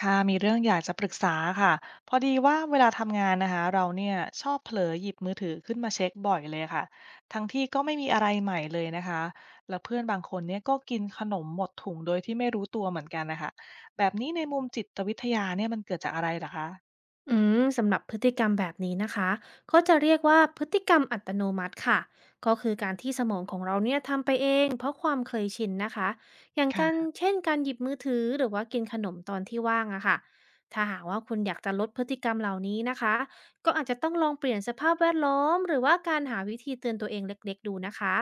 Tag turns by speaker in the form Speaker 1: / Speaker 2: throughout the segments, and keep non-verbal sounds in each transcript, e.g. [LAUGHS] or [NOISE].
Speaker 1: ค่ะมีเรื่องอยากจะปรึกษาค่ะพอดีว่าเวลาทำงานนะคะเราเนี่ยชอบเผลอหยิบมือถือขึ้นมาเช็คบ่อยเลยค่ะทั้งที่ก็ไม่มีอะไรใหม่เลยนะคะแล้วเพื่อนบางคนเนี่ยก็กินขนมหมดถุงโดยที่ไม่รู้ตัวเหมือนกันนะคะแบบนี้ในมุมจิตวิทยาเนี่ยมันเกิดจากอะไรเหรอคะ
Speaker 2: สำหรับพฤติกรรมแบบนี้นะคะก็จะเรียกว่าพฤติกรรมอัตโนมัติค่ะก็คือการที่สมองของเราเนี่ยทำไปเองเพราะความเคยชินนะคะอย่าง
Speaker 1: ค่
Speaker 2: การ
Speaker 1: ะ
Speaker 2: เช่นการหยิบมือถือหรือว่ากินขนมตอนที่ว่างอะค่ะถ้าหากว่าคุณอยากจะลดพฤติกรรมเหล่านี้นะคะก็อาจจะต้องลองเปลี่ยนสภาพแวดล้อมหรือว่าการหาวิธีเตือนตัวเองเล็กๆดูนะคะ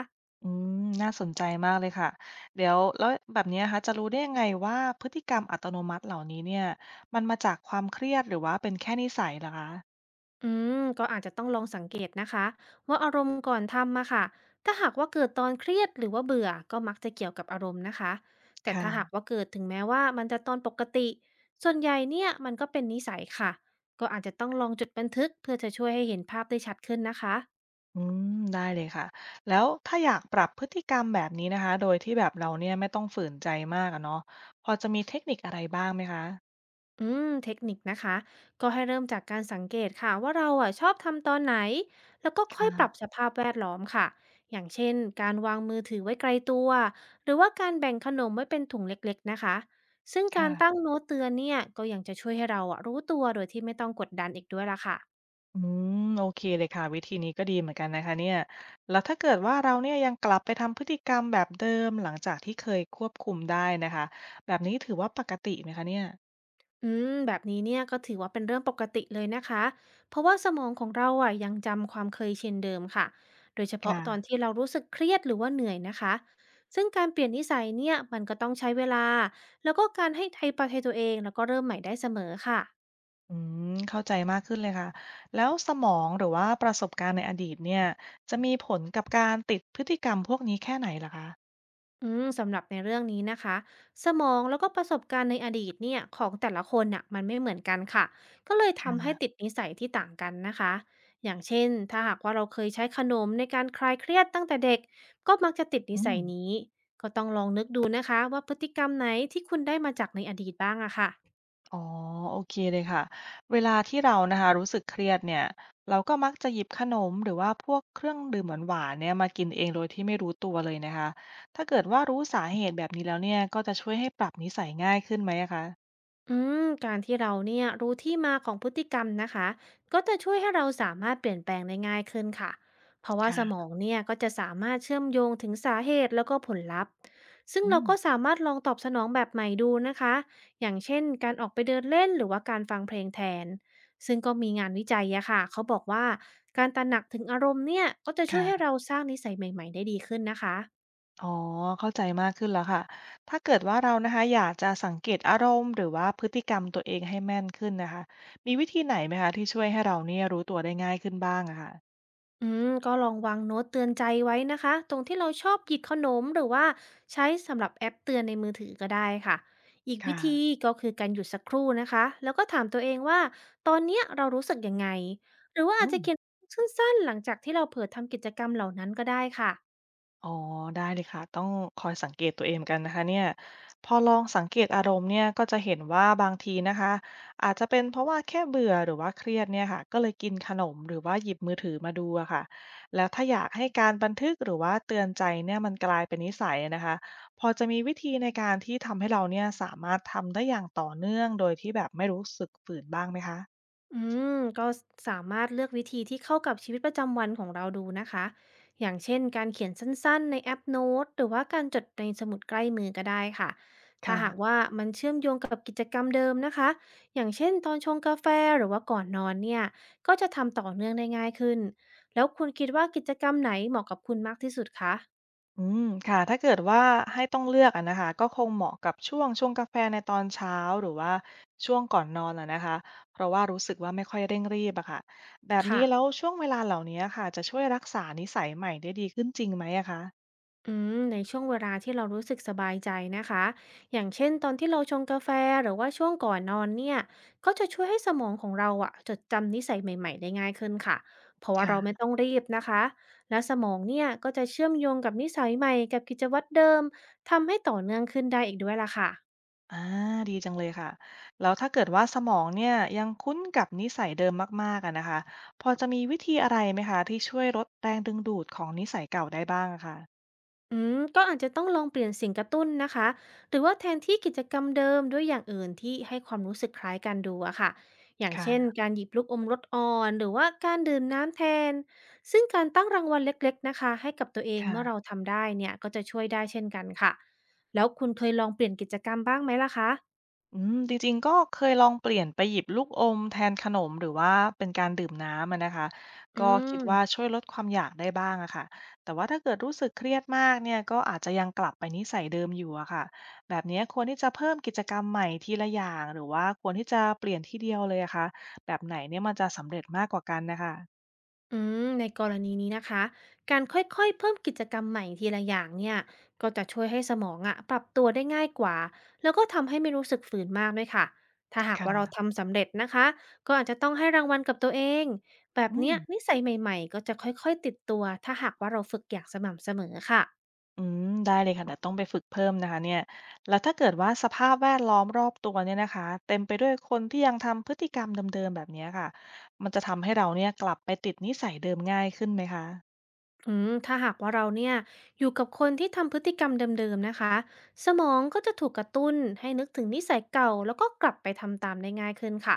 Speaker 1: อืมน่าสนใจมากเลยค่ะเดี๋ยวแล้วแบบเนี้ยนะคะจะรู้ได้ยังไงว่าพฤติกรรมอัตโนมัติเหล่านี้เนี่ยมันมาจากความเครียดหรือว่าเป็นแค่นิสัยเหรอคะ
Speaker 2: อืก็อาจจะต้องลองสังเกตนะคะว่าอารมณ์ก่อนทำอะค่ะถ้าหากว่าเกิดตอนเครียดหรือว่าเบื่อก็มักจะเกี่ยวกับอารมณ์นะคะแต่ถ้าหาก
Speaker 1: ค่ะ
Speaker 2: ว่าเกิดถึงแม้ว่ามันจะตอนปกติส่วนใหญ่เนี่ยมันก็เป็นนิสัยค่ะก็อาจจะต้องลองจุดบันทึกเพื่อจะช่วยให้เห็นภาพได้ชัดขึ้นนะคะ
Speaker 1: อืมได้เลยค่ะแล้วถ้าอยากปรับพฤติกรรมแบบนี้นะคะโดยที่แบบเราเนี่ยไม่ต้องฝืนใจมากอะเนาะพอจะมีเทคนิคอะไรบ้างไหมคะ
Speaker 2: เทคนิคนะคะก็ให้เริ่มจากการสังเกตค่ะว่าเราอ่ะชอบทำตอนไหนแล้วก็ค่อยปรับ
Speaker 1: ค่ะ
Speaker 2: สภาพแวดล้อมค่ะอย่างเช่นการวางมือถือไว้ไกลตัวหรือว่าการแบ่งขนมไว้เป็นถุงเล็กๆนะคะซึ่งการตั้ง
Speaker 1: ค่ะ
Speaker 2: โน้ตเตือนเนี่ยก็ยังจะช่วยให้เราอ่ะรู้ตัวโดยที่ไม่ต้องกดดันอีกด้วยล่ะค่ะ
Speaker 1: อืมโอเคเลยค่ะวิธีนี้ก็ดีเหมือนกันนะคะเนี่ยแล้วถ้าเกิดว่าเราเนี่ยยังกลับไปทำพฤติกรรมแบบเดิมหลังจากที่เคยควบคุมได้นะคะแบบนี้ถือว่าปกติไหมคะเนี่ย
Speaker 2: แบบนี้เนี่ยก็ถือว่าเป็นเรื่องปกติเลยนะคะ เพราะว่าสมองของเราอ่ะยังจำความเคยชินเดิมค่ะ โดยเฉพาะ
Speaker 1: ค่ะ
Speaker 2: ตอนที่เรารู้สึกเครียดหรือว่าเหนื่อยนะคะ ซึ่งการเปลี่ยนนิสัยเนี่ยมันก็ต้องใช้เวลา แล้วก็การให้ไทยประเทยตัวเองแล้วก็เริ่มใหม่ได้เสมอค่ะ
Speaker 1: อืมเข้าใจมากขึ้นเลยค่ะแล้วสมองหรือว่าประสบการณ์ในอดีตเนี่ยจะมีผลกับการติดพฤติกรรมพวกนี้แค่ไหนลหรอคะ
Speaker 2: สำหรับในเรื่องนี้นะคะสมองแล้วก็ประสบการณ์ในอดีตเนี่ยของแต่ละคนน่ะมันไม่เหมือนกันค่ะก็เลยทำให้ติดนิสัยที่ต่างกันนะคะอย่างเช่นถ้าหากว่าเราเคยใช้ขนมในการคลายเครียดตั้งแต่เด็กก็มักจะติดนิ
Speaker 1: อื
Speaker 2: สั
Speaker 1: ม
Speaker 2: ยนี้ก็ต้องลองนึกดูนะคะว่าพฤติกรรมไหนที่คุณได้มาจากในอดีตบ้างอะค่ะ
Speaker 1: อ๋อโอเคเลยค่ะเวลาที่เรานะคะรู้สึกเครียดเนี่ยเราก็มักจะหยิบขนมหรือว่าพวกเครื่องดื่มหวานๆเนี่ยมากินเองโดยที่ไม่รู้ตัวเลยนะคะถ้าเกิดว่ารู้สาเหตุแบบนี้แล้วเนี่ยก็จะช่วยให้ปรับนิสัยง่ายขึ้นไหมอะคะ
Speaker 2: อืการที่เราเนี่ยรู้ที่มาของพฤติกรรมนะคะก็จะช่วยให้เราสามารถเปลี่ยนแปลงได้ง่ายขึ้นค่ะเพราะว่าสม
Speaker 1: ค่ะ
Speaker 2: องเนี่ยก็จะสามารถเชื่อมโยงถึงสาเหตุแล้วก็ผลลัพธ์ซึ่ง
Speaker 1: อื
Speaker 2: เรา
Speaker 1: ม
Speaker 2: ก็สามารถลองตอบสนองแบบใหม่ดูนะคะอย่างเช่นการออกไปเดินเล่นหรือว่าการฟังเพลงแทนซึ่งก็มีงานวิจัยอะค่ะเขาบอกว่าการตระหนักถึงอารมณ์เนี่ยก็จะช่วยให้
Speaker 1: ค่ะ
Speaker 2: เราสร้างนิสัยใหม่ๆได้ดีขึ้นนะคะ
Speaker 1: อ๋อเข้าใจมากขึ้นแล้วค่ะถ้าเกิดว่าเรานะคะอยากจะสังเกตอารมณ์หรือว่าพฤติกรรมตัวเองให้แม่นขึ้นนะคะมีวิธีไหนไหมคะที่ช่วยให้เราเนี่ยรู้ตัวได้ง่ายขึ้นบ้างอะค่ะ
Speaker 2: ก็ลองวางโน้ตเตือนใจไว้นะคะตรงที่เราชอบหยิบขนมหรือว่าใช้สำหรับแอปเตือนในมือถือก็ได้ค่ะอีกวิ
Speaker 1: ค่ะ
Speaker 2: ธีก็คือการหยุดสักครู่นะคะแล้วก็ถามตัวเองว่าตอนเนี้ยเรารู้สึกยังไงหรือว่า
Speaker 1: อื
Speaker 2: อาจ
Speaker 1: ม
Speaker 2: จะเขียน [LAUGHS] สั้นๆหลังจากที่เราเผลอทำกิจกรรมเหล่านั้นก็ได้ค่ะ
Speaker 1: อ๋อได้เลยค่ะต้องคอยสังเกตตัวเองเหมือนกันนะคะเนี่ยพอลองสังเกตอารมณ์เนี่ยก็จะเห็นว่าบางทีนะคะอาจจะเป็นเพราะว่าแค่เบื่อหรือว่าเครียดเนี่ยค่ะก็เลยกินขนมหรือว่าหยิบมือถือมาดูอะค่ะแล้วถ้าอยากให้การบันทึกหรือว่าเตือนใจเนี่ยมันกลายเป็นนิสัยนะคะพอจะมีวิธีในการที่ทำให้เราเนี่ยสามารถทำได้อย่างต่อเนื่องโดยที่แบบไม่รู้สึกฝืนบ้างไหมคะ
Speaker 2: อืก็สามารถเลือกวิธีที่เข้ากับชีวิตประจำวันของเราดูนะคะอย่างเช่นการเขียนสั้นๆในแอปโน้ตหรือว่าการจดในสมุดใกล้มือก็ได้ค่ะถ้าหาก
Speaker 1: ค่ะ
Speaker 2: ว่ามันเชื่อมโยงกับกิจกรรมเดิมนะคะอย่างเช่นตอนชงกาแฟหรือว่าก่อนนอนเนี่ยก็จะทำต่อเนื่องได้ง่ายขึ้นแล้วคุณคิดว่ากิจกรรมไหนเหมาะกับคุณมากที่สุดคะ
Speaker 1: อืมค่ะถ้าเกิดว่าให้ต้องเลือกอะนะคะก็คงเหมาะกับช่วงชงกาแฟในตอนเช้าหรือว่าช่วงก่อนนอนอะนะคะเพราะว่ารู้สึกว่าไม่ค่อยเร่งรีบอะค่ะแบบ
Speaker 2: ค่ะ
Speaker 1: นี้แล้วช่วงเวลาเหล่านี้ค่ะจะช่วยรักษานิสัยใหม่ได้ดีขึ้นจริงไหมอะคะ
Speaker 2: ในช่วงเวลาที่เรารู้สึกสบายใจนะคะอย่างเช่นตอนที่เราชงกาแฟหรือว่าช่วงก่อนนอนเนี่ยก็จะช่วยให้สมองของเราอะจดจำนิสัยใหม่ๆได้ง่ายขึ้นค่ะเพราะว่าเราไม่
Speaker 1: ค่ะ
Speaker 2: ต้องรีบนะคะและสมองเนี่ยก็จะเชื่อมโยงกับนิสัยใหม่กับกิจวัตรเดิมทำให้ต่อเนื่องขึ้นได้อีกด้วยล่ะค่ะ
Speaker 1: อาดีจังเลยค่ะแล้วถ้าเกิดว่าสมองเนี่ยยังคุ้นกับนิสัยเดิมมากๆอะนะคะพอจะมีวิธีอะไรไหมคะที่ช่วยลดแรงดึงดูดของนิสัยเก่าได้บ้างอะค่ะ
Speaker 2: ก็อาจจะต้องลองเปลี่ยนสิ่งกระตุ้นนะคะ หรือว่าแทนที่กิจกรรมเดิมด้วยอย่างอื่นที่ให้ความรู้สึกคล้ายกันดูอะค่ะอย่างเช่น
Speaker 1: ค่ะ
Speaker 2: การหยิบลูกอมรสอ่อนหรือว่าการดื่มน้ำแทน ซึ่งการตั้งรางวัลเล็กๆนะคะให้กับตัวเองเมื่อเรา
Speaker 1: ค่ะ
Speaker 2: ทำได้เนี่ยก็จะช่วยได้เช่นกันค่ะ แล้วคุณเคยลองเปลี่ยนกิจกรรมบ้างไหมล่ะคะ
Speaker 1: อืมจริงๆก็เคยลองเปลี่ยนไปหยิบลูกอมแทนขนมหรือว่าเป็นการดื่มน้ำอะนะคะ
Speaker 2: อื
Speaker 1: ก็คิ
Speaker 2: ม
Speaker 1: ดว่าช่วยลดความอยากได้บ้างอะค่ะแต่ว่าถ้าเกิดรู้สึกเครียดมากเนี่ยก็อาจจะยังกลับไปนิสัยเดิมอยู่อะค่ะแบบเนี้ยควรที่จะเพิ่มกิจกรรมใหม่ทีละอย่างหรือว่าควรที่จะเปลี่ยนทีเดียวเลยอะคะแบบไหนเนี่ยมันจะสำเร็จมากกว่ากันนะคะ
Speaker 2: อืในกรณีนี้นะคะ การค่อยๆเพิ่มกิจกรรมใหม่ทีละอย่างเนี่ยก็จะช่วยให้สมองอะปรับตัวได้ง่ายกว่าแล้วก็ทำให้ไม่รู้สึกฝืนมากด้วยค่ะ ถ้าหาก
Speaker 1: ค่
Speaker 2: ว่าเรา
Speaker 1: ะ
Speaker 2: ทำสำเร็จนะคะ ก็อาจจะต้องให้รางวัลกับตัวเอง แบบ
Speaker 1: อืม
Speaker 2: เนี้ยนิสัยใหม่ๆ ก็จะค่อยๆติดตัวถ้าหากว่าเราฝึกอย่างสม่ำเสมอค่ะ
Speaker 1: อืมได้เลยค่ะเดี๋ยวต้องไปฝึกเพิ่มนะคะเนี่ยแล้วถ้าเกิดว่าสภาพแวดล้อมรอบตัวเนี่ยนะคะเต็มไปด้วยคนที่ยังทำพฤติกรรมเดิมๆแบบเนี้ยค่ะมันจะทำให้เราเนี่ยกลับไปติดนิสัยเดิมง่ายขึ้นไหมคะ
Speaker 2: อืมถ้าหากว่าเราเนี่ยอยู่กับคนที่ทำพฤติกรรมเดิมๆนะคะสมองก็จะถูกกระตุ้นให้นึกถึงนิสัยเก่าแล้วก็กลับไปทำตามได้ง่ายขึ้นค่ะ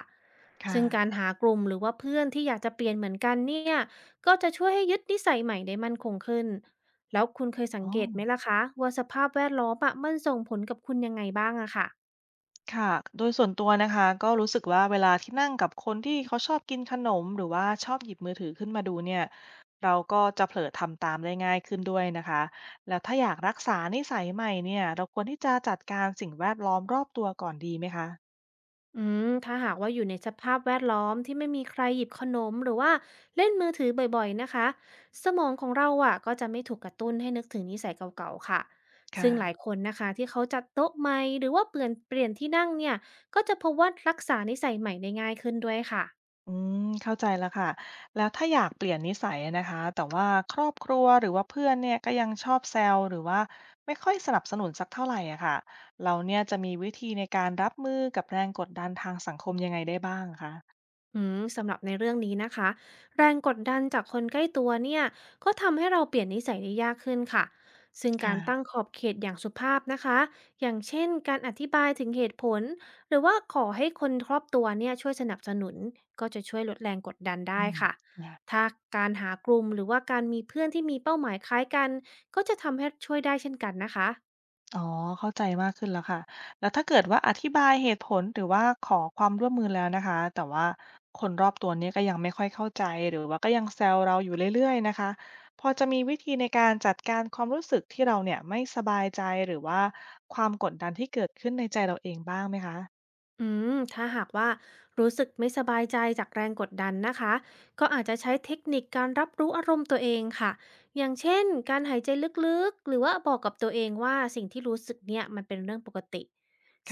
Speaker 1: ค่ะ
Speaker 2: ซึ่งการหากลุ่มหรือว่าเพื่อนที่อยากจะเปลี่ยนเหมือนกันเนี่ยก็จะช่วยให้ยึดนิสัยใหม่ได้มั่นคงขึ้นแล้วคุณเคยสัง
Speaker 1: อ๋อ
Speaker 2: เกตไหมล่ะคะว่าสภาพแวดล้อมอะมันส่งผลกับคุณยังไงบ้างอะค่ะ
Speaker 1: ค่ะโดยส่วนตัวนะคะก็รู้สึกว่าเวลาที่นั่งกับคนที่เขาชอบกินขนมหรือว่าชอบหยิบมือถือขึ้นมาดูเนี่ยเราก็จะเผลอทำตามได้ง่ายขึ้นด้วยนะคะแล้วถ้าอยากรักษานิสัยใหม่เนี่ยเราควรที่จะจัดการสิ่งแวดล้อมรอบตัวก่อนดีไหมคะ
Speaker 2: อืมถ้าหากว่าอยู่ในสภาพแวดล้อมที่ไม่มีใครหยิบขนมหรือว่าเล่นมือถือบ่อยๆนะคะสมองของเราอ่ะก็จะไม่ถูกกระตุ้นให้นึกถึงนิสัยเก่าๆค่ะซึ่งหลาย
Speaker 1: ค่ะ
Speaker 2: คนนะคะที่เขาจัดโต๊ะใหม่หรือว่าเปลี่ยนที่นั่งเนี่ยก็จะพบว่ารักษานิสัยใหม่ได้ง่ายขึ้นด้วยค่ะ
Speaker 1: อืมเข้าใจแล้วค่ะ แล้วถ้าอยากเปลี่ยนนิสัยนะคะ แต่ว่าครอบครัวหรือว่าเพื่อนเนี่ยก็ยังชอบแซวหรือว่าไม่ค่อยสนับสนุนสักเท่าไหร่อะค่ะ เราเนี่ยจะมีวิธีในการรับมือกับแรงกดดันทางสังคมยังไงได้บ้างคะ
Speaker 2: อืมสำหรับในเรื่องนี้นะคะแรงกดดันจากคนใกล้ตัวเนี่ยก็ทำให้เราเปลี่ยนนิสัยได้ยากขึ้นค่ะซึ่งการตั้ง
Speaker 1: ค่ะ
Speaker 2: ขอบเขตอย่างสุภาพนะคะอย่างเช่นการอธิบายถึงเหตุผลหรือว่าขอให้คนครอบตัวเนี่ยช่วยสนับสนุนก็จะช่วยลดแรงกดดัน
Speaker 1: อื
Speaker 2: ได้
Speaker 1: ม
Speaker 2: ค่ะ
Speaker 1: ค่ะ
Speaker 2: ถ้าการหากลุ่มหรือว่าการมีเพื่อนที่มีเป้าหมายคล้ายกันก็จะทำให้ช่วยได้เช่นกันนะคะ
Speaker 1: อ๋อเข้าใจมากขึ้นแล้วค่ะแล้วถ้าเกิดว่าอธิบายเหตุผลหรือว่าขอความร่วมมือแล้วนะคะแต่ว่าคนรอบตัวเนี้ยก็ยังไม่ค่อยเข้าใจหรือว่าก็ยังแซวเราอยู่เรื่อยๆนะคะพอจะมีวิธีในการจัดการความรู้สึกที่เราเนี่ยไม่สบายใจหรือว่าความกดดันที่เกิดขึ้นในใจเราเองบ้างไหมคะ
Speaker 2: อืมถ้าหากว่ารู้สึกไม่สบายใจจากแรงกดดันนะคะก็อาจจะใช้เทคนิคการรับรู้อารมณ์ตัวเองค่ะอย่างเช่นการหายใจลึกๆหรือว่าบอกกับตัวเองว่าสิ่งที่รู้สึกเนี่ยมันเป็นเรื่องปกติ
Speaker 1: ค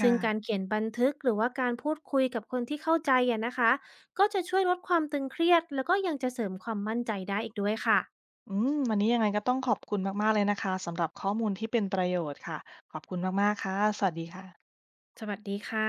Speaker 2: ซึ่
Speaker 1: ่ะ
Speaker 2: งการเขียนบันทึกหรือว่าการพูดคุยกับคนที่เข้าใจอะนะคะก็จะช่วยลดความตึงเครียดแล้วก็ยังจะเสริมความมั่นใจได้อีกด้วยค่ะ
Speaker 1: อืมวันนี้ยังไงก็ต้องขอบคุณมากๆเลยนะคะสำหรับข้อมูลที่เป็นประโยชน์ค่ะขอบคุณมากๆค่ะสวัสดีค่ะ
Speaker 2: สวัสดีค่ะ